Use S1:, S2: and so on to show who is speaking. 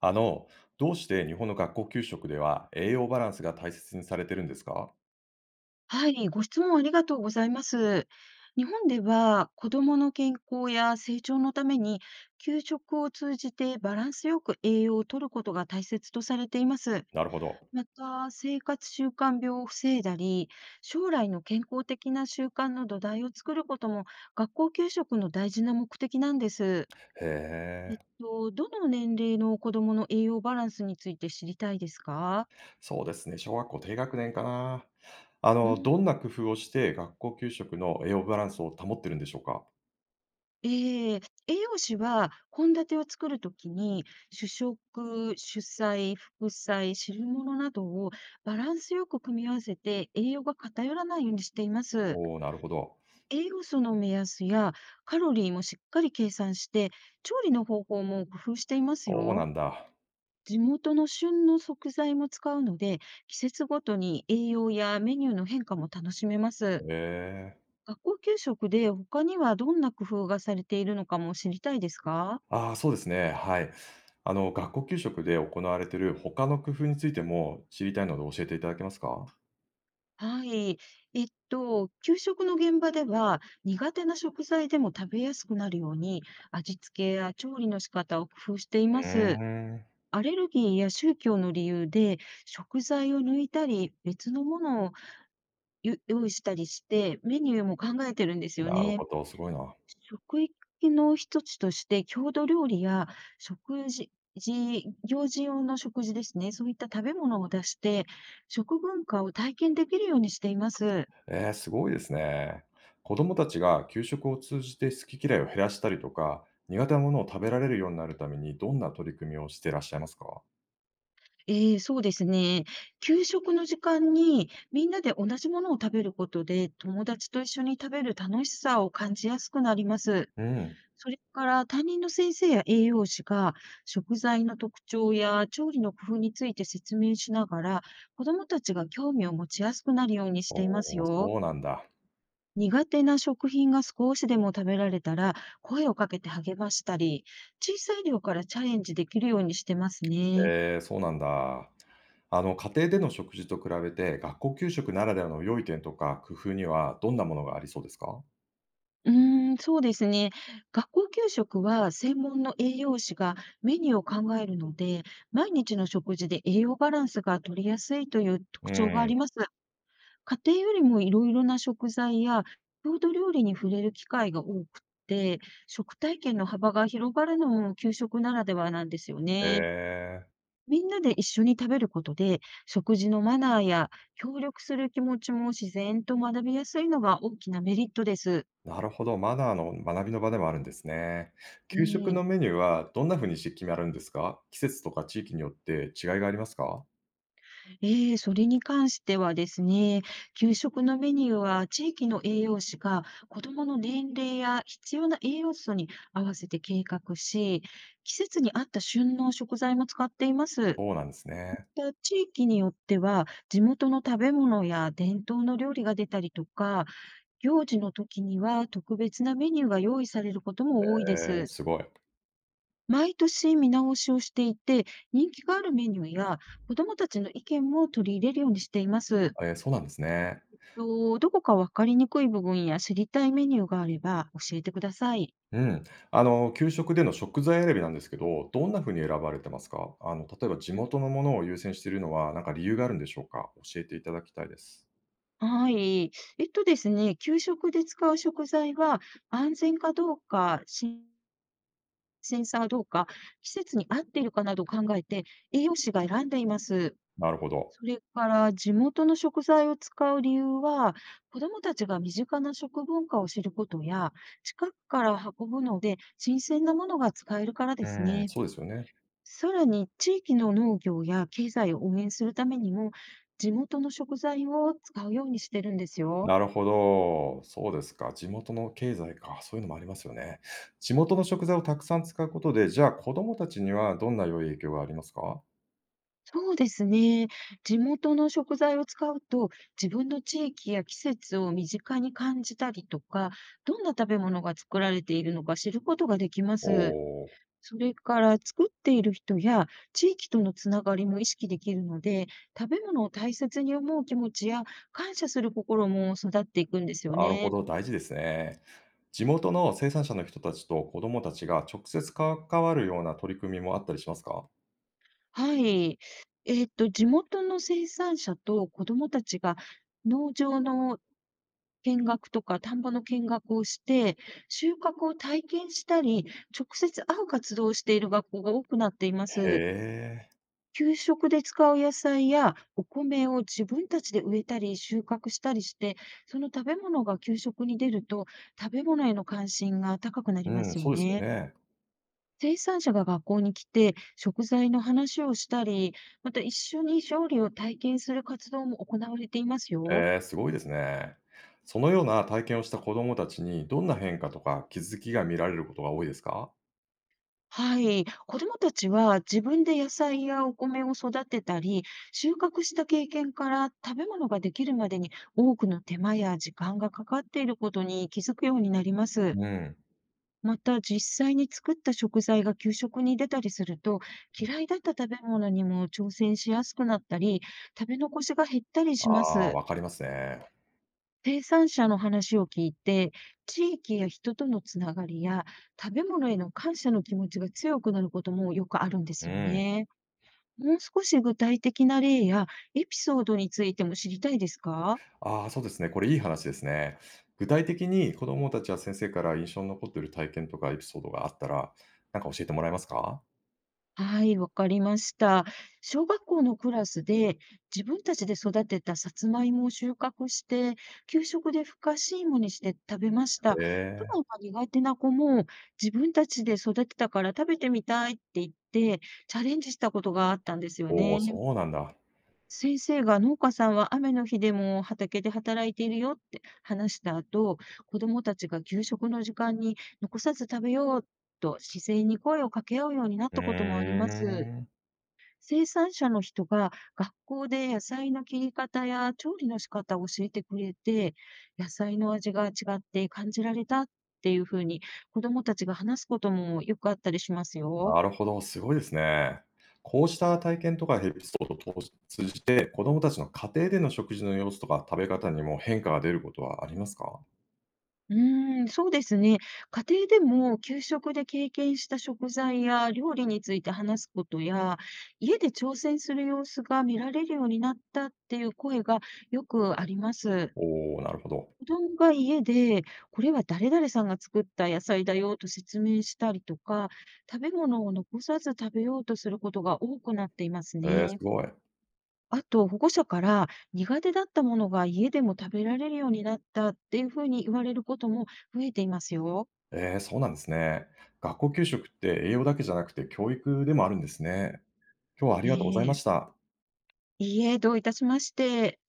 S1: あの、どうして日本の学校給食では栄養バランスが大切にされてるんですか？
S2: はい、ご質問ありがとうございます。日本では子どもの健康や成長のために給食を通じてバランスよく栄養を摂ることが大切とされています。
S1: なるほど。
S2: また、生活習慣病を防いだり、将来の健康的な習慣の土台を作ることも学校給食の大事な目的なんです。
S1: へえ、
S2: どの年齢の子どもの栄養バランスについて知りたいですか？
S1: そうですね。小学校低学年かな。
S2: うん。
S1: どんな工夫をして学校給食の栄養バランスを保ってるんでしょうか？
S2: ええ、栄養士は献立を作るときに、主食、主菜、副菜、汁物などをバランスよく組み合わせて、栄養が偏らないようにしています。
S1: おおー、なるほど。
S2: 栄養素の目安やカロリーもしっかり計算して、調理の方法も工夫しています
S1: そうな
S2: よ。
S1: んだ。
S2: 地元の旬の食材も使うので、季節ごとに栄養やメニューの変化も楽しめます。
S1: へえ。
S2: 学校給食で他にはどんな工夫がされているのかも知りたいですか。
S1: ああ、そうですね。はい。学校給食で行われている他の工夫についても知りたいので教えていただけますか？
S2: はい。給食の現場では、苦手な食材でも食べやすくなるように、味付けや調理の仕方を工夫していま
S1: う
S2: す。
S1: ーん。
S2: アレルギーや宗教の理由で、食材を抜いたり、別のものをゆ用意したりして、メニューも考えてるんですよ
S1: なる
S2: ね。
S1: ほど。すごいな。
S2: 食育の一つとして、郷土料理や食事、事行事用の食事ですね。そういった食べ物を出して、食文化を体験できるようにしています。
S1: ええ、すごいですね。子供たちが給食を通じて好き嫌いを減らしたりとか、苦手なものを食べられるようになるためにどんな取り組みをしていらっしゃいますか？
S2: ええ、そうですね。給食の時間にみんなで同じものを食べることで、友達と一緒に食べる楽しさを感じやすくなります。
S1: うん。
S2: それから担任の先生や栄養士が食材の特徴や調理の工夫について説明しながら、子どもたちが興味を持ちやすくなるようにしています
S1: おお、
S2: よ。
S1: そうなんだ。
S2: 苦手な食品が少しでも食べられたら、声をかけて励ましたり、小さい量からチャレンジできるようにしてますね。
S1: ええ、そうなんだ。家庭での食事と比べて、学校給食ならではの良い点とか工夫にはどんなものがありそうですか？
S2: うーん、そうですね。学校給食は専門の栄養士がメニューを考えるので、毎日の食事で栄養バランスが取りやすいという
S1: う
S2: 特徴があ
S1: ん。
S2: ります。家庭よりもいろいろな食材や郷土料理に触れる機会が多くて、食体験の幅が広がるのも給食ならではなんですよ
S1: え
S2: ね。
S1: え、
S2: みんなで一緒に食べることで、食事のマナーや協力する気持ちも自然と学びやすいのが大きなメリットです。
S1: なるほど、マナーの学びの場でもあるんですね。給食
S2: ええ
S1: のメニューはどんな風にして決まるんですか？季節とか地域によって違いがありますか？
S2: それに関してはですね、給食のメニューは地域の栄養士が子どもの年齢や必要な栄養素に合わせて計画し、季節に合った旬の食材も使っています。
S1: そうなんですね。
S2: また地域によっては地元の食べ物や伝統の料理が出たりとか、行事の時には特別なメニューが用意されることも多いで
S1: ええ、
S2: す。
S1: すごい。
S2: 毎年見直しをしていて、人気があるメニューや子どもたちの意見も取り入れるようにしています。
S1: ええ、そうなんですね。
S2: と、どこか分かりにくい部分や知りたいメニューがあれば教えてください。
S1: うん。給食での食材選びなんですけど、どんな風に選ばれてますか？例えば地元のものを優先しているのは、なんか理由があるんでしょうか？教えていただきたいです。
S2: はい。えっとですね、給食で使う食材は安全かどうか、新鮮さがどうか、季節に合っているかなどを考えて栄養士が選んでいます。
S1: なるほど。
S2: それから地元の食材を使う理由は、子どもたちが身近な食文化を知ることや、近くから運ぶので新鮮なものが使えるからで
S1: う
S2: す
S1: ん、
S2: ね。
S1: そうですよね。
S2: さらに地域の農業や経済を応援するためにも、地元の食材を使うようにしてるんですよ。
S1: なるほど。そうですか。地元の経済か、そういうのもありますよね。地元の食材をたくさん使うことで、じゃあ、子供たちにはどんな良い影響がありますか？
S2: そうですね。地元の食材を使うと、自分の地域や季節を身近に感じたりとか、どんな食べ物が作られているのか知ることができま
S1: お
S2: す。
S1: おー。
S2: それから、作っている人や地域とのつながりも意識できるので、食べ物を大切に思う気持ちや感謝する心も育っていくんですよ
S1: なるほ
S2: ね。
S1: ど、大事ですね。地元の生産者の人たちと子どもたちが直接関わるような取り組みもあったりしますか？
S2: はい。地元の生産者と子どもたちが農場の見学とか田んぼの見学をして、収穫を体験したり、直接会う活動をしている学校が多くなっていま
S1: へ
S2: す。
S1: え、
S2: 給食で使う野菜やお米を自分たちで植えたり収穫したりして、その食べ物が給食に出ると、食べ物への関心が高くなり
S1: う
S2: ます
S1: ん、
S2: よ
S1: そうですよ
S2: ね。
S1: ね。
S2: 生産者が学校に来て、食材の話をしたり、また一緒に調理を体験する活動も行われていますよ。
S1: ええ、すごいですね。そのような体験をした子どもたちに、どんな変化とか気づきが見られることが多いですか？
S2: はい。子どもたちは自分で野菜やお米を育てたり、収穫した経験から食べ物ができるまでに多くの手間や時間がかかっていることに気づくようになります。
S1: うん。
S2: また実際に作った食材が給食に出たりすると、嫌いだった食べ物にも挑戦しやすくなったり、食べ残しが減ったり
S1: あ
S2: しま
S1: あ、
S2: す。
S1: わかりますね。
S2: 生産者の話を聞いて、地域や人とのつながりや食べ物への感謝の気持ちが強くなることもよくあるんで
S1: う
S2: すよ
S1: ん。
S2: ね。もう少し具体的な例やエピソードについても知りたいですか。
S1: ああ、そうですね、これいい話ですね。具体的に子どもたちや先生から印象に残っている体験とかエピソードがあったら、なんか教えてもらえますか？
S2: はい、わかりました。小学校のクラスで自分たちで育てたさつまいもを収穫して、給食でふかし芋にして食べました。
S1: へ
S2: 普
S1: え。
S2: 段は苦手な子も自分たちで育てたから食べてみたいって言ってチャレンジしたことがあったんですよ
S1: お
S2: ね。
S1: お、そうなんだ。
S2: 先生が農家さんは雨の日でも畑で働いているよって話した後、子どもたちが給食の時間に残さず食べようと自然に声を掛け合うようになっ
S1: う
S2: たこともあります。
S1: ーん。
S2: 生産者の人が学校で野菜の切り方や調理の仕方を教えてくれて、野菜の味が違って感じられたっていうふうに子どもたちが話すこともよくあったりしますよ。
S1: なるほど、すごいですね。こうした体験とかエピソードを通じて、子供たちの家庭での食事の様子とか食べ方にも変化が出ることはありますか？
S2: うーん、そうですね。家庭でも給食で経験した食材や料理について話すことや、家で挑戦する様子が見られるようになったっていう声がよくあります。
S1: おおー、なるほど。
S2: 子供が家で、これは誰々さんが作った野菜だよと説明したりとか、食べ物を残さず食べようとすることが多くなっています
S1: ええ、す
S2: ね。
S1: ごい。
S2: あと、保護者から苦手だったものが家でも食べられるようになったっていうふうに言われることも増えていますよ。
S1: ええ、そうなんですね。学校給食って栄養だけじゃなくて、教育でもあるんですね。今日はあり
S2: え
S1: がとうございま
S2: え。
S1: した。
S2: いいえ、どういたしまして。